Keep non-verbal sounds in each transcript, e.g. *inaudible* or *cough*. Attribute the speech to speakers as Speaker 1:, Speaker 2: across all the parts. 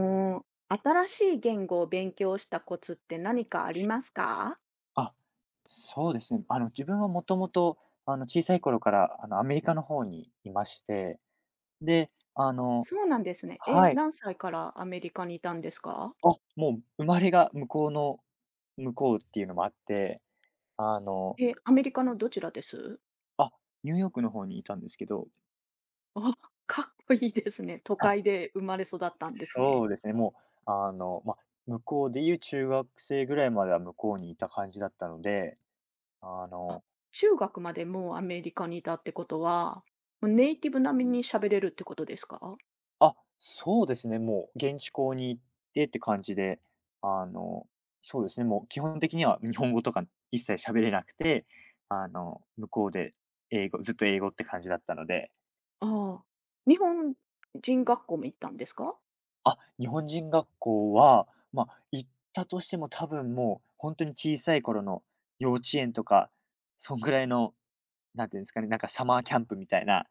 Speaker 1: おー。新しい言語を勉強したコツって何かありますか？
Speaker 2: あ、そうですね。自分はもともと、小さい頃から、アメリカの方にいまして、で、
Speaker 1: あ、そうなんですね。え、
Speaker 2: はい。
Speaker 1: 何歳からアメリカにいたんですか？
Speaker 2: あ、もう生まれが向こうっていうのもあって、あの、
Speaker 1: え、アメリカのどちらです？
Speaker 2: あ、ニューヨークの方にいたんですけど、
Speaker 1: あ、*laughs* かっこいいですね。都
Speaker 2: あ、
Speaker 1: 会で生まれ育ったんですね。
Speaker 2: そうですね、もう、ま、向こうでいう中学生ぐらいまでは向こうにいた感じだったので、あ
Speaker 1: あ、
Speaker 2: の
Speaker 1: 中学までもうアメリカにいたってことは、もうネイティブ並みに喋れるってことですか？
Speaker 2: あ、そうですね、もう現地校に行ってって感じで、あの、そうですね、もう基本的には日本語とか一切喋れなくて、向こうで英語ずっと英語って感じだったので、
Speaker 1: ああ。日本人学校も行ったんですか？
Speaker 2: あ、日本人学校は、まあ、行ったとしても多分もう本当に小さい頃の幼稚園とか、そんぐらいの、なんていうんですかね、なんかサマーキャンプみたいな、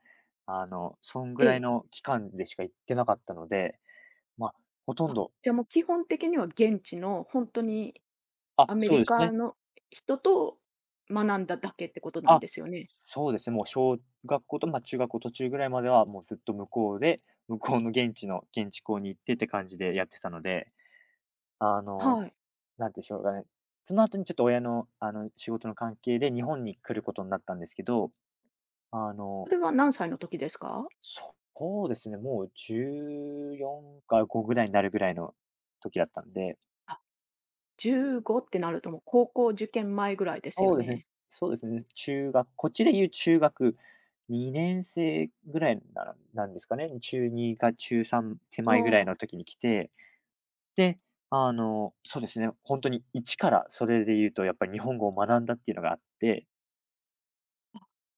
Speaker 2: そんぐ
Speaker 1: え
Speaker 2: らい
Speaker 1: え。
Speaker 2: の期間でしか行ってなかったので、まあ、ほとん
Speaker 1: あ、
Speaker 2: ど、
Speaker 1: じゃあもう基本的には現地の本当に
Speaker 2: あ、
Speaker 1: アメ
Speaker 2: そう
Speaker 1: リ
Speaker 2: です
Speaker 1: カ
Speaker 2: ね。
Speaker 1: の人と学んだだけってことなん
Speaker 2: あ、
Speaker 1: ですよね。
Speaker 2: そうですね、もう小学校と、まあ、中学校途中ぐらいまでは、もうずっと向こうで、向こうの現地校に行ってって感じでやってたので、あの、
Speaker 1: はい。
Speaker 2: なんていうんでしょうかね、その後にちょっと親の、仕事の関係で日本に来ることになったんですけど、あ
Speaker 1: そ
Speaker 2: の、
Speaker 1: れは何歳の時ですか？
Speaker 2: そうですね、もう14か5ぐらいになるぐらいの時だったんで。
Speaker 1: あ、15ってなるともう高校受験前ぐらいですよ
Speaker 2: そうですね。
Speaker 1: ね。
Speaker 2: そうですね。中学こっちで言う中学2年生ぐらいなんですかね。中2か中3手
Speaker 1: う
Speaker 2: 前ぐらい
Speaker 1: ん。
Speaker 2: の時に来て、で、そうですね、本当に一からそれで言うとやっぱり日本語を学んだっていうのがあって、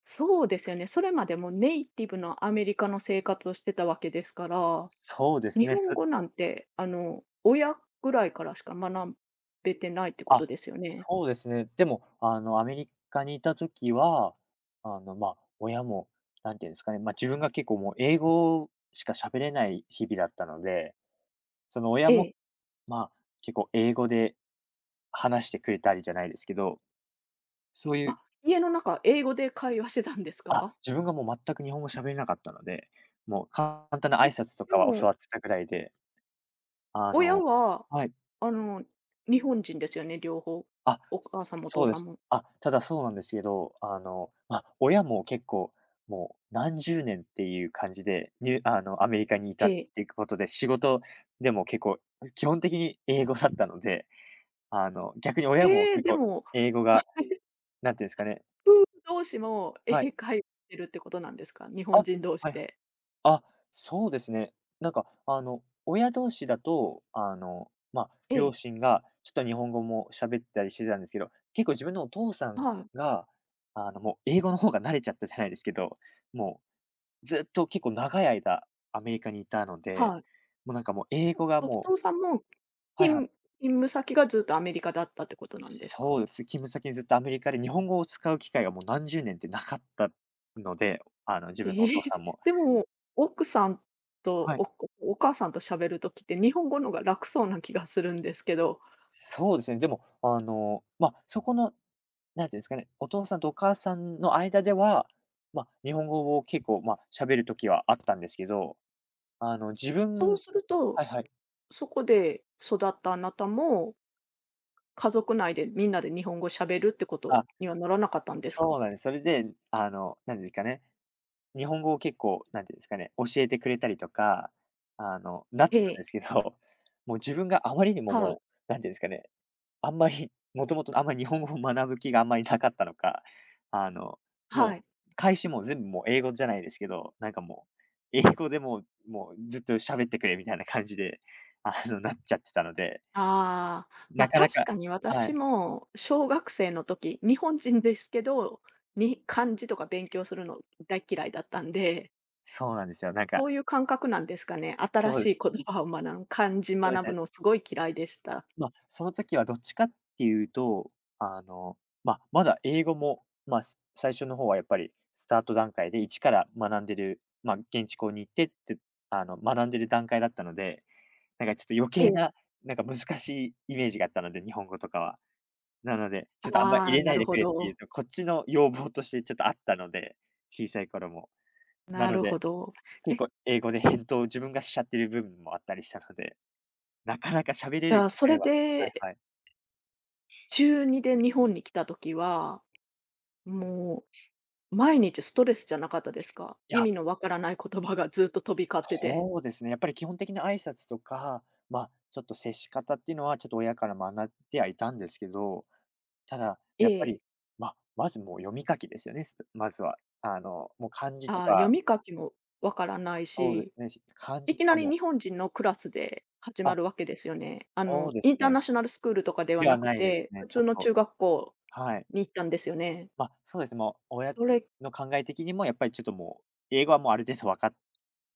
Speaker 1: そうですよね。それまでもネイティブのアメリカの生活をしてたわけですから、
Speaker 2: そうです
Speaker 1: 日
Speaker 2: ね、
Speaker 1: 本語なんて、親ぐらいからしか学べてないってこと
Speaker 2: あ、
Speaker 1: ですよね。
Speaker 2: そうですね。でも、アメリカにいた時は、まあ、親もなんていうんですかね、まあ、自分が結構もう英語しか喋れない日々だったので、その親
Speaker 1: え
Speaker 2: も
Speaker 1: え。
Speaker 2: まあ、結構英語で話してくれたりじゃないですけど、そういう、
Speaker 1: あ、家の中、英語で会話してたんです
Speaker 2: あ、
Speaker 1: か？
Speaker 2: 自分がもう全く日本語喋れなかったので、もう簡単な挨
Speaker 1: え、
Speaker 2: 拶と
Speaker 1: で
Speaker 2: かは教
Speaker 1: も
Speaker 2: わってたぐらいで、あ
Speaker 1: 親
Speaker 2: の
Speaker 1: は、
Speaker 2: はい、
Speaker 1: あの、日本人ですよね、両方。
Speaker 2: あ、
Speaker 1: お母さんもお父
Speaker 2: そうで
Speaker 1: さん
Speaker 2: す。
Speaker 1: も。
Speaker 2: あ、ただそうなんですけど、まあ、親も結構もう何十年っていう感じで、にあの、アメリカにい
Speaker 1: え
Speaker 2: たっ
Speaker 1: え。
Speaker 2: ていうことで、仕事でも結構基本的に英語だったので、逆に親も
Speaker 1: ええ、
Speaker 2: 結
Speaker 1: で
Speaker 2: 構
Speaker 1: も、
Speaker 2: 英語が、何て言うんですかね。
Speaker 1: 夫婦同士も
Speaker 2: はい。
Speaker 1: 英会話してるってことなんですか？日
Speaker 2: あ、
Speaker 1: 本
Speaker 2: は
Speaker 1: 人同士
Speaker 2: いはい。
Speaker 1: で。
Speaker 2: あ、そうですね。なんか、親同士だと、ま、
Speaker 1: え
Speaker 2: 両
Speaker 1: え、
Speaker 2: 親がちょっと日本語も喋ったりしてたんですけど、結構自分のお父さ
Speaker 1: は
Speaker 2: ん
Speaker 1: い、
Speaker 2: が、もう英語の方が慣れちゃったじゃないですけど、もうずっと結構長い間アメリカにいたので、
Speaker 1: はい。
Speaker 2: もうなんかもう英語が
Speaker 1: お
Speaker 2: もう。
Speaker 1: 父さんも、
Speaker 2: はいは
Speaker 1: 勤勤
Speaker 2: い。
Speaker 1: 務先がずっとアメリカだったってことなんですか？
Speaker 2: そうです。勤務先にずっとアメリカで日本語を使う機会がもう何十年ってなかったので、自
Speaker 1: ええ、
Speaker 2: 分のお父さん
Speaker 1: *laughs*
Speaker 2: も。
Speaker 1: でも、奥さんと
Speaker 2: はい。
Speaker 1: お母さんと喋る時って、日本語のが楽そうな気がするんですけど、
Speaker 2: そうですね、でも、まあ、そこの、なんていうんですかね、お父さんとお母さんの間では、まあ、日本語を結構、まあ、喋る時はあったんですけど、あの、自
Speaker 1: そう
Speaker 2: 分
Speaker 1: すると、
Speaker 2: はい
Speaker 1: そ
Speaker 2: はい。
Speaker 1: そこで育ったあなたも家族内でみんなで日本語喋るってこと
Speaker 2: あ、
Speaker 1: にはならなかったんです
Speaker 2: そ
Speaker 1: か？
Speaker 2: うなんです。それで、なんていうんですかね、日本語を結構、なんていうんですかね、教えてくれたりとか、なっ
Speaker 1: え
Speaker 2: てたんで
Speaker 1: え、
Speaker 2: すけど、もう自分があまりにも
Speaker 1: はい、
Speaker 2: もう、なんていうんですかね、あんまり、*laughs* もともとあんまり日本語を学ぶ気があんまりなかったのか、*laughs* あの、
Speaker 1: は
Speaker 2: も
Speaker 1: い。
Speaker 2: う、開始も全部もう英語じゃないですけど、なんかもう、英語でもう *laughs* もうずっと喋ってくれみたいな感じで、*laughs* なっちゃってたので、
Speaker 1: ああ、ま、
Speaker 2: なかな
Speaker 1: 確
Speaker 2: か。
Speaker 1: かに
Speaker 2: は
Speaker 1: 私
Speaker 2: い、
Speaker 1: も小学生の時、日本人ですけど、に漢字とか勉強するの大嫌いだったんで、
Speaker 2: そうなんですよ。なんか、
Speaker 1: そういう感覚なんですかね。新
Speaker 2: そう
Speaker 1: し
Speaker 2: です。
Speaker 1: い言葉を学ぶ、漢字
Speaker 2: そうで
Speaker 1: 学
Speaker 2: す
Speaker 1: ぶ
Speaker 2: ね。
Speaker 1: のすごい嫌いでした。
Speaker 2: まあ、その時はどっちかっていうと、あの、まあ、まだ英語も、まあ、最初の方はやっぱりスタート段階で一から学んでる、まあ、現地校に行ってって、学んでる段階だったので、なんかちょっと余
Speaker 1: え
Speaker 2: 計
Speaker 1: え、
Speaker 2: な、なんか難しいイメージがあったので、日本語とかは。なので、ちょっとあんま
Speaker 1: あ
Speaker 2: 入
Speaker 1: あ、
Speaker 2: れ
Speaker 1: な
Speaker 2: ない
Speaker 1: る
Speaker 2: で
Speaker 1: ほ
Speaker 2: くれっていう
Speaker 1: ど、
Speaker 2: と、こっちの要望としてちょっとあったので、小さい頃も。な
Speaker 1: な
Speaker 2: の
Speaker 1: るほ
Speaker 2: で、
Speaker 1: ど。
Speaker 2: 結
Speaker 1: え、
Speaker 2: 構英語で返答を自分がしちゃってる部分もあったりしたので、なかなか喋れ
Speaker 1: じ
Speaker 2: る
Speaker 1: ゃ
Speaker 2: 機
Speaker 1: あそ
Speaker 2: 会
Speaker 1: れ
Speaker 2: は。はい
Speaker 1: で
Speaker 2: はい。
Speaker 1: 中2で日本に来た時は、もう毎日ストレスじゃなかったですか？
Speaker 2: い
Speaker 1: 意
Speaker 2: や、
Speaker 1: 味のわからない言葉がずっと飛び交ってて。
Speaker 2: そうですね。やっぱり基本的な挨拶とか、まあ、ちょっと接し方っていうのはちょっと親から学んではいたんですけど、ただ
Speaker 1: え
Speaker 2: やっぱ
Speaker 1: え。
Speaker 2: り、まあ、まずもう読み書きですよね、まずは。もう漢字と
Speaker 1: ああ、読
Speaker 2: か。
Speaker 1: み書きもわか
Speaker 2: そ
Speaker 1: らない
Speaker 2: そうです
Speaker 1: し、
Speaker 2: ね、漢
Speaker 1: い
Speaker 2: 字
Speaker 1: き
Speaker 2: と
Speaker 1: な
Speaker 2: か
Speaker 1: り
Speaker 2: も、
Speaker 1: 日本人のクラスで始ま
Speaker 2: あ、
Speaker 1: るわけですよね。
Speaker 2: そうで
Speaker 1: イ
Speaker 2: す
Speaker 1: ンター
Speaker 2: ね。
Speaker 1: ナショナルスクールとかでは
Speaker 2: では
Speaker 1: なく
Speaker 2: ないです
Speaker 1: て、普
Speaker 2: ね、ちょ
Speaker 1: 通
Speaker 2: っ
Speaker 1: の
Speaker 2: と、
Speaker 1: 中学校
Speaker 2: はい。
Speaker 1: に行ったんですよね。
Speaker 2: ま、そうですね、もう親
Speaker 1: それ、
Speaker 2: の考え的にもやっぱりちょっともう、英語はもうある程度分かっ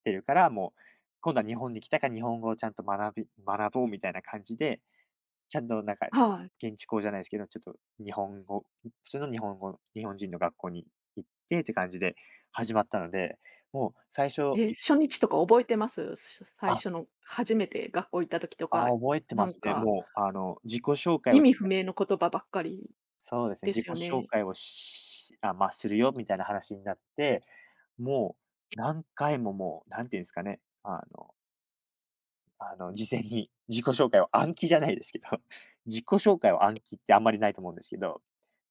Speaker 2: てるから、もう今度は日本に来たから日本語をちゃんと学ぼうみたいな感じで、ちゃんとなんか、
Speaker 1: はい。
Speaker 2: 現地校じゃないですけど、ちょっと日本語普通の日本語日本人の学校に行ってって感じで始まったので、もう最初
Speaker 1: え、
Speaker 2: い
Speaker 1: 初日とか覚えてます？す最
Speaker 2: あ、
Speaker 1: 初の初めて学校行った時とか、
Speaker 2: あ、覚えて
Speaker 1: な
Speaker 2: ま
Speaker 1: ん
Speaker 2: すね。
Speaker 1: か、
Speaker 2: もう自己紹介
Speaker 1: 意
Speaker 2: を
Speaker 1: 味不明の言葉ばっかり
Speaker 2: そうですね、
Speaker 1: で
Speaker 2: 自己
Speaker 1: すよ
Speaker 2: 紹
Speaker 1: ね。
Speaker 2: 介をあ、まあ、するよみたいな話になって、もう何回ももう、何て言うんですかね、事前に自己紹介を暗記じゃないですけど、*laughs* 自己紹介を暗記ってあんまりないと思うんですけど、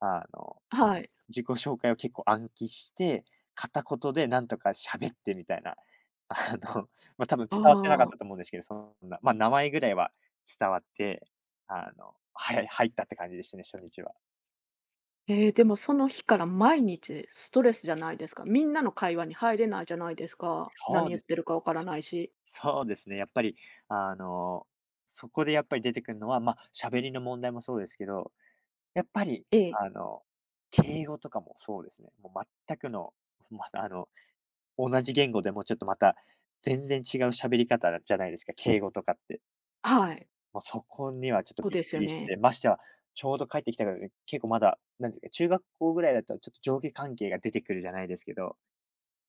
Speaker 2: あの、
Speaker 1: はい。
Speaker 2: 自己紹介を結構暗記して、片言でなんとか喋ってみたいな、*laughs* あの、まあ、多分
Speaker 1: あ
Speaker 2: 伝わってなかっ
Speaker 1: あ。
Speaker 2: たと思うんですけど、そんな、まあ、名前ぐらいは伝わって、はい、入ったって感じでしたね、初日は。
Speaker 1: ええ、でもその日から毎日ストレスじゃないですか。みんなの会話に入れないじゃないですか。
Speaker 2: そ
Speaker 1: 何
Speaker 2: う
Speaker 1: 言
Speaker 2: で
Speaker 1: っ
Speaker 2: す。
Speaker 1: てるかわからないし。
Speaker 2: そうですね、やっぱり、あの、そこでやっぱり出てくるのは、まあ、喋りの問題もそうですけど、やっぱり、
Speaker 1: ええ。
Speaker 2: あの、敬語とかもそうですね。もう全くの、*laughs* また、同じ言語でもちょっとまた全然違う喋り方じゃないですか、敬語とかって。
Speaker 1: はい、
Speaker 2: もうそこにはちょっと
Speaker 1: そう
Speaker 2: びっ
Speaker 1: です
Speaker 2: く
Speaker 1: よ
Speaker 2: りし
Speaker 1: ね。
Speaker 2: て、ましては、ちょうど帰ってきたからね、結構まだ、なんていうか、中学校ぐらいだとちょっと上下関係が出てくるじゃないですけど、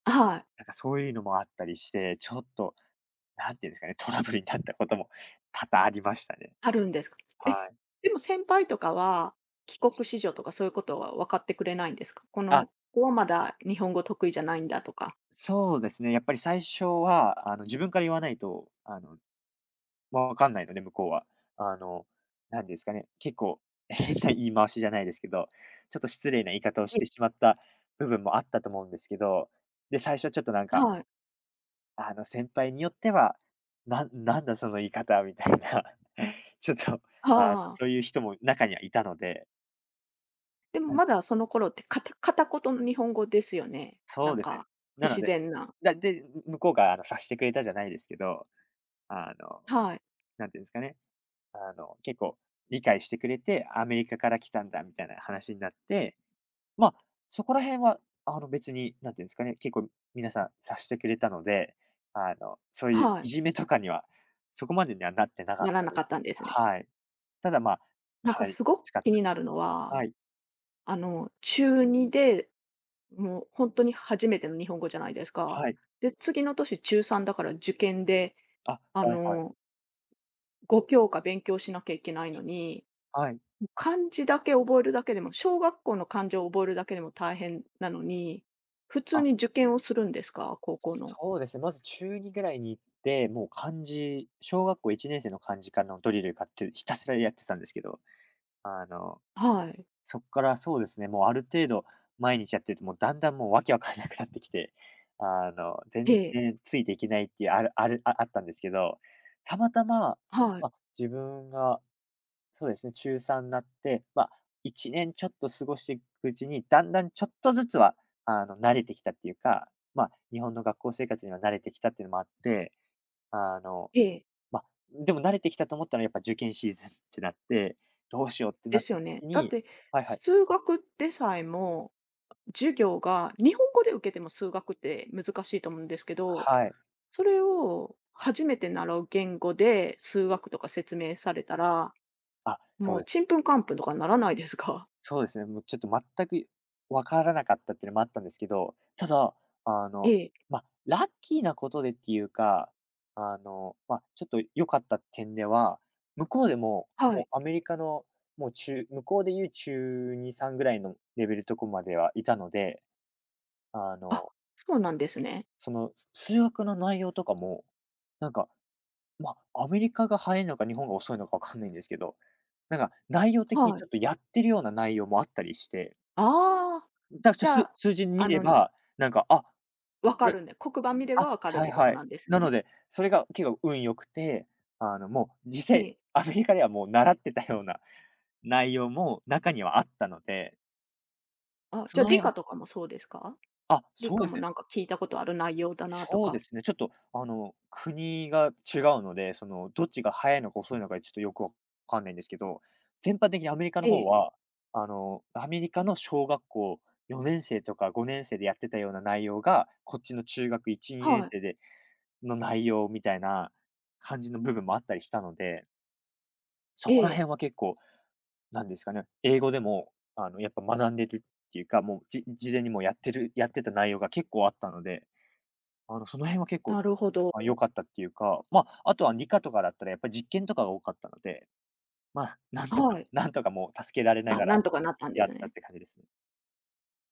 Speaker 1: はい、
Speaker 2: なんかそういうのもあったりして、ちょっと、なんていうんですかね、トラブルになったことも多々ありましたね。
Speaker 1: あるんですか。え、
Speaker 2: はい。
Speaker 1: でも先輩とかは、帰国子女とかそういうことは分かってくれないんですか？こ
Speaker 2: あ、
Speaker 1: の子はまだ日本語得意じゃないんだとか。
Speaker 2: そうですね。やっぱり最初は、自分から言わないと、わかんないので、向こうは。あの、なんですかね、結構、変な言い回しじゃないですけど、ちょっと失礼な言い方を
Speaker 1: え
Speaker 2: して
Speaker 1: え。
Speaker 2: しまった部分もあったと思うんですけど、で、最初はちょっとなんか、
Speaker 1: はい、
Speaker 2: 先輩によっては、なんだその言い方みたいな、*laughs* ちょっと、
Speaker 1: ああ、
Speaker 2: そういう人も中にはいたので。
Speaker 1: でもまだその頃って片言の日本語ですよね。な
Speaker 2: そう
Speaker 1: ん
Speaker 2: ですね。
Speaker 1: か、不
Speaker 2: なの
Speaker 1: 自
Speaker 2: で、
Speaker 1: 然な。
Speaker 2: で、向こうが察してくれたじゃないですけど、あの、
Speaker 1: はい、
Speaker 2: なんていうんですかね、結構理解してくれて、アメリカから来たんだみたいな話になって、まあ、そこら辺は、別に、なんていうんですかね、結構皆さん察してくれたので、そういう
Speaker 1: はい、
Speaker 2: いじめとかには、そこまでにはなってなかっ
Speaker 1: なら
Speaker 2: たん
Speaker 1: な
Speaker 2: で
Speaker 1: か
Speaker 2: す
Speaker 1: っ
Speaker 2: け
Speaker 1: た
Speaker 2: ど、
Speaker 1: んですね。
Speaker 2: はい。ただまあ、
Speaker 1: なん
Speaker 2: か
Speaker 1: か
Speaker 2: なり
Speaker 1: すご
Speaker 2: き
Speaker 1: く
Speaker 2: つかっ
Speaker 1: 気
Speaker 2: た
Speaker 1: に
Speaker 2: です。
Speaker 1: なるのは、
Speaker 2: はい、
Speaker 1: 中2で、もう初めての日本語じゃないですか。
Speaker 2: はい。
Speaker 1: で、次の年中3だから受験で、
Speaker 2: あ、
Speaker 1: あ
Speaker 2: はいはい。
Speaker 1: の、5教科勉強しなきゃいけないのに、
Speaker 2: はい。
Speaker 1: 漢字だけ覚えるだけでも、小学校の漢字を覚えるだけでも大変なのに、普通
Speaker 2: あ、
Speaker 1: に受験をするんですか？高校の。
Speaker 2: そうですね、まず中2ぐらいに行って、もう漢字、小学校1年生の漢字からのドリル買ってひたすらやってたんですけど、あの、
Speaker 1: はい。
Speaker 2: そこからそうですね、もうある程度毎日やってると、もうだんだんもうわけわかんなくなってきて、
Speaker 1: え
Speaker 2: 全
Speaker 1: え、
Speaker 2: 然ついていけないっていうあるあるああったんですけど、たまたま、
Speaker 1: はい、
Speaker 2: ま、自分がそうですね、中3なって、まあ、1年ちょっと過ごしていくうちに、だんだんちょっとずつは、慣れてきたっていうか、まあ、日本の学校生活には慣れてきたっていうのもあって、あの、
Speaker 1: ええ、
Speaker 2: まあ、でも慣れてきたと思ったらやっぱ受験シーズンってなって、どうしようって
Speaker 1: で
Speaker 2: なっ
Speaker 1: す
Speaker 2: た
Speaker 1: よね。
Speaker 2: 時
Speaker 1: だっ
Speaker 2: に
Speaker 1: て
Speaker 2: はいはい。
Speaker 1: 数学でさえも授業が日本語で受けても数学って難しいと思うんですけど、
Speaker 2: はい。
Speaker 1: それを初めて習う言語で数学とか説明されたら、
Speaker 2: あ、そ
Speaker 1: も
Speaker 2: う
Speaker 1: う
Speaker 2: です
Speaker 1: ち
Speaker 2: ね。
Speaker 1: んぷんかんぷんとかならないですか？
Speaker 2: そうですね、もうちょっと全くわからなかったっていうのもあったんですけど、ただ、あの、
Speaker 1: *laughs* ええ、
Speaker 2: まあ、ラッキーなことでっていうか、まあ、ちょっと良かった点では、向こうでも、
Speaker 1: は
Speaker 2: もう
Speaker 1: い。
Speaker 2: アメリカの、もう向こうでいう中2、3ぐらいのレベルとこまではいたので、あ
Speaker 1: あ、
Speaker 2: の、
Speaker 1: そうなんですね。
Speaker 2: その、数学の内容とかも、なんか、まあ、アメリカが早いのか日本が遅いのか分かんないんですけど、なんか内容的に
Speaker 1: は
Speaker 2: ち
Speaker 1: い。
Speaker 2: ょっとやってるような内容もあったりして
Speaker 1: ああ、
Speaker 2: だ、ち
Speaker 1: じ
Speaker 2: ょ、
Speaker 1: ゃ
Speaker 2: す
Speaker 1: あ、
Speaker 2: 数字見
Speaker 1: あ
Speaker 2: れ
Speaker 1: の、
Speaker 2: ば、なんか、あ、
Speaker 1: 分
Speaker 2: こ
Speaker 1: か
Speaker 2: れ
Speaker 1: るんで、黒板見れ
Speaker 2: あ、
Speaker 1: ば分かるっ
Speaker 2: はい
Speaker 1: てこ
Speaker 2: は
Speaker 1: と
Speaker 2: い。
Speaker 1: なんです
Speaker 2: なの
Speaker 1: ね。
Speaker 2: で、それが結構運良くて、もう
Speaker 1: え
Speaker 2: 実際
Speaker 1: え。
Speaker 2: アメリカではもう習ってたような内容も中にはあったので、
Speaker 1: あ、
Speaker 2: そ
Speaker 1: じゃあ
Speaker 2: の
Speaker 1: 理
Speaker 2: 辺
Speaker 1: 科
Speaker 2: は
Speaker 1: とかもそうですか？
Speaker 2: あ、
Speaker 1: 理
Speaker 2: そう
Speaker 1: 科
Speaker 2: で
Speaker 1: も
Speaker 2: すね。
Speaker 1: なんか聞いたことある内容だなと
Speaker 2: そう
Speaker 1: か。
Speaker 2: ですね。ちょっと、国が違うので、その、どっちが早いのか遅いのかちょっとよくわかんないんですけど、全般的にアメリカの
Speaker 1: え
Speaker 2: 方
Speaker 1: え、
Speaker 2: は、アメリカの小学校4年生とか5年生でやってたような内容が、こっちの中学1、2年
Speaker 1: はい、
Speaker 2: 生での内容みたいな感じの部分もあったりしたので、そ
Speaker 1: え
Speaker 2: こら
Speaker 1: え、
Speaker 2: 辺は結構、なんですかね、英語でも、やっぱ学んでるっていうか、もう、事前にもうやってた内容が結構あったので、その辺は結構、
Speaker 1: なるほ
Speaker 2: あ、良
Speaker 1: ど。
Speaker 2: かったっていうか、ま、あとは理科とかだったらやっぱり実験とかが多かったので、ま、*laughs* なんとか
Speaker 1: はい。
Speaker 2: なんとかもう助けられな
Speaker 1: あ、
Speaker 2: がら
Speaker 1: なんとかなったんで
Speaker 2: や
Speaker 1: す
Speaker 2: ったっ
Speaker 1: ね。
Speaker 2: て感じですね。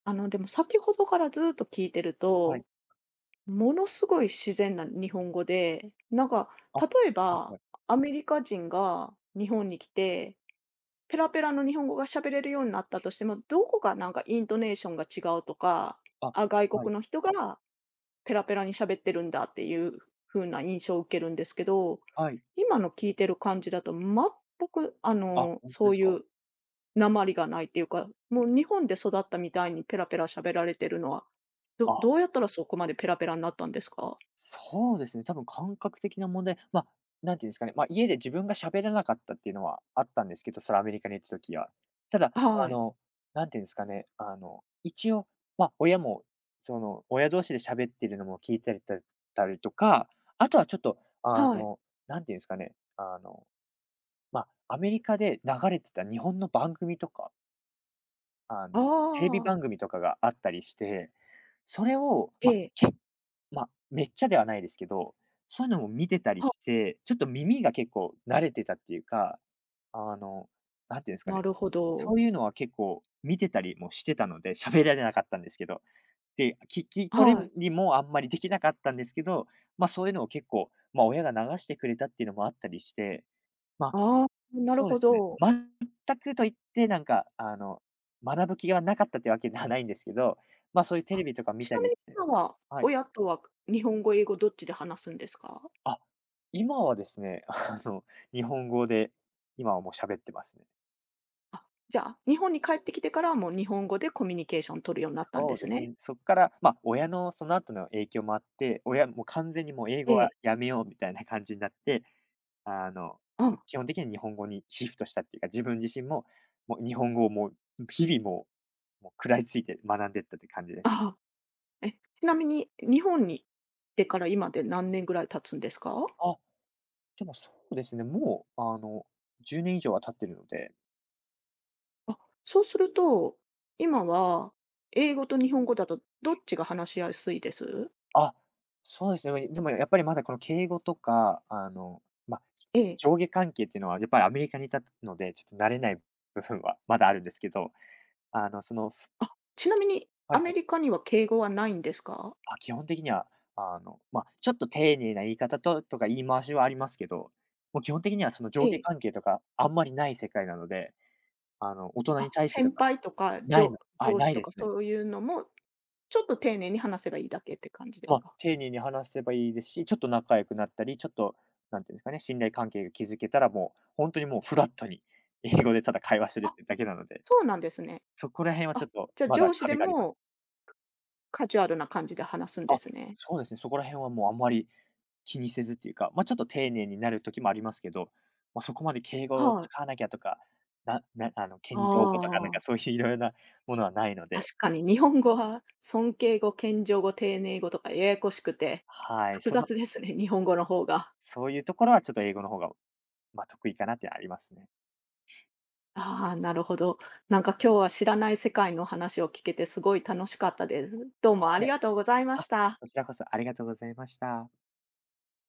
Speaker 1: でも先ほどからずっと聞いてる
Speaker 2: はい。
Speaker 1: と、ものすごい自然な日本語で、なんか、
Speaker 2: あ、は
Speaker 1: 例え
Speaker 2: い
Speaker 1: ば、
Speaker 2: はい。
Speaker 1: アメリカ人が日本に来て、ペラペラの日本語が喋れるようになったとしても、どこがなんかイントネーションが違うとか、
Speaker 2: あ、
Speaker 1: あ、外
Speaker 2: はい。
Speaker 1: 国の人がペラペラに喋ってるんだっていう風な印象を受けるんですけど、
Speaker 2: はい。
Speaker 1: 今の聞いてる感じだと全く
Speaker 2: あ、本当
Speaker 1: そ
Speaker 2: で
Speaker 1: う
Speaker 2: す
Speaker 1: い
Speaker 2: か。
Speaker 1: うなまりがないっていうか、もう日本で育ったみたいにペラペラ喋られてるのは、どどう
Speaker 2: あ。
Speaker 1: やったらそこまでペラペラになったんですか？
Speaker 2: そうですね、多分感覚的な問題、まあ、なんていうんですかね、まあ、家で自分が喋らなかったっていうのはあったんですけど、それアメリカに行った時は。ただ、あ
Speaker 1: はい。
Speaker 2: の、なんていうんですかね、一応、まあ、親も、その、親同士で喋ってるのも聞いたりたりとか、あとはちょっと、あ
Speaker 1: はい。
Speaker 2: の、なんていうんですかね、まあ、アメリカで流れてた日本の番組とかあの、
Speaker 1: あ
Speaker 2: テレビ番組
Speaker 1: あ。
Speaker 2: とかがあったりして、それを、
Speaker 1: え
Speaker 2: ま、
Speaker 1: え。
Speaker 2: まあ、めっちゃではないですけど、そういうのも見てたり
Speaker 1: は、
Speaker 2: して、ちょっと耳が結構慣れてたっていうか、あの、なんていうんですか
Speaker 1: な
Speaker 2: ね、
Speaker 1: るほ
Speaker 2: そ
Speaker 1: ど。
Speaker 2: ういうのは結構見てたりもしてたので、喋られなかったんですけど。で、聞き取
Speaker 1: はい。
Speaker 2: りもあんまりできなかったんですけど、ま、そういうのを結構、ま、親が流してくれたっていうのもあったりして、まあ
Speaker 1: ああ、なる
Speaker 2: そうで
Speaker 1: ほ
Speaker 2: すね。
Speaker 1: ど。
Speaker 2: 全くと言って、なんか、学ぶ気がなかったってわけではないんですけど、ま、そういうテ
Speaker 1: あ、
Speaker 2: レビとか見
Speaker 1: ち
Speaker 2: た
Speaker 1: なみ
Speaker 2: り
Speaker 1: に
Speaker 2: して
Speaker 1: 今は
Speaker 2: はい。
Speaker 1: 親とは日本語、英語どっちで話すんですか？
Speaker 2: あ、今はですね、*laughs* 日本語で、今はもう喋ってますね。
Speaker 1: あ、じゃあ、日本に帰ってきてからはもう日本語でコミュニケーション取るようになったんで
Speaker 2: そう
Speaker 1: す
Speaker 2: です
Speaker 1: ね。
Speaker 2: ね。そっから、ま、親のその後の影響もあって、親もう完全にもう英
Speaker 1: え
Speaker 2: 語は
Speaker 1: え。
Speaker 2: やめようみたいな感じになって、あの、
Speaker 1: うん。
Speaker 2: 基本的に日本語にシフトしたっていうか、自分自身も、もう日本語をもう、日々もう食らいついて学んでったって感じです。
Speaker 1: ああ。え、ちなみに日本に来てから今で何年ぐらい経つんですか？
Speaker 2: あ、でもそうですね、もう、10年以上は経ってるので、
Speaker 1: あ、そうすると、今は英語と日本語だとどっちが話しやすいです？
Speaker 2: あ、そうですね、までもやっぱりまだこの敬語とか、まあ、
Speaker 1: ええ。
Speaker 2: 上下関係っていうのはやっぱりアメリカにいたので、ちょっと慣れない部分はまだあるんですけど、あの、そのふ
Speaker 1: あ、ちなみに
Speaker 2: は
Speaker 1: ア
Speaker 2: いは
Speaker 1: メ
Speaker 2: い。
Speaker 1: リカには敬語はないんですか？
Speaker 2: あ、基本的には、まあ、ちょっと丁寧な言い方とか言い回しはありますけど、もう基本的にはその
Speaker 1: え
Speaker 2: 上下
Speaker 1: え。
Speaker 2: 関係とかあんまりない世界なので、大人に
Speaker 1: あ、
Speaker 2: 対してと
Speaker 1: 先
Speaker 2: か
Speaker 1: 輩とか、じょ上
Speaker 2: な
Speaker 1: 司
Speaker 2: い
Speaker 1: と
Speaker 2: で
Speaker 1: か
Speaker 2: すね。
Speaker 1: そういうのも、ちょっと丁寧に話せばいいだけって感じで
Speaker 2: ま
Speaker 1: す
Speaker 2: あ、
Speaker 1: か？
Speaker 2: 丁寧に話せばいいですし、ちょっと仲良くなったり、ちょっと、なんていうんですかね、信頼関係が築けたら、もう本当にもうフラットに、英語でただ会話するっ
Speaker 1: あ、
Speaker 2: てだけなので、
Speaker 1: そうなんですね。
Speaker 2: そこら辺はち
Speaker 1: あ、
Speaker 2: ょっと
Speaker 1: じゃあ
Speaker 2: ま
Speaker 1: 上
Speaker 2: だ
Speaker 1: 司で
Speaker 2: 壁があります。
Speaker 1: もカジュアルな感じで話すんで
Speaker 2: あ、
Speaker 1: すね。
Speaker 2: そうですね、そこら辺はもうあんまり気にせずっていうか、まあ、ちょっと丁寧になる時もありますけど、まあ、そこまで敬語を
Speaker 1: はい。
Speaker 2: 使わなきゃとか、ななあの、
Speaker 1: あ
Speaker 2: 謙譲語とかなんか
Speaker 1: あ。
Speaker 2: そういういろいろなものはないので、
Speaker 1: 確かに日本語は尊敬語、謙譲語、丁寧語とかややこしくて、
Speaker 2: はい、
Speaker 1: 複雑ですね、*laughs* 日本語の方が。
Speaker 2: そういうところはちょっと英語の方が、まあ、得意かなってありますね。
Speaker 1: ああ、なるほど。なんか今日は知らない世界の話を聞けてすごい楽しかったです。どうもあ
Speaker 2: は
Speaker 1: り
Speaker 2: い。
Speaker 1: がとうございま
Speaker 2: あ、
Speaker 1: した。
Speaker 2: こちらこそありがとうございました。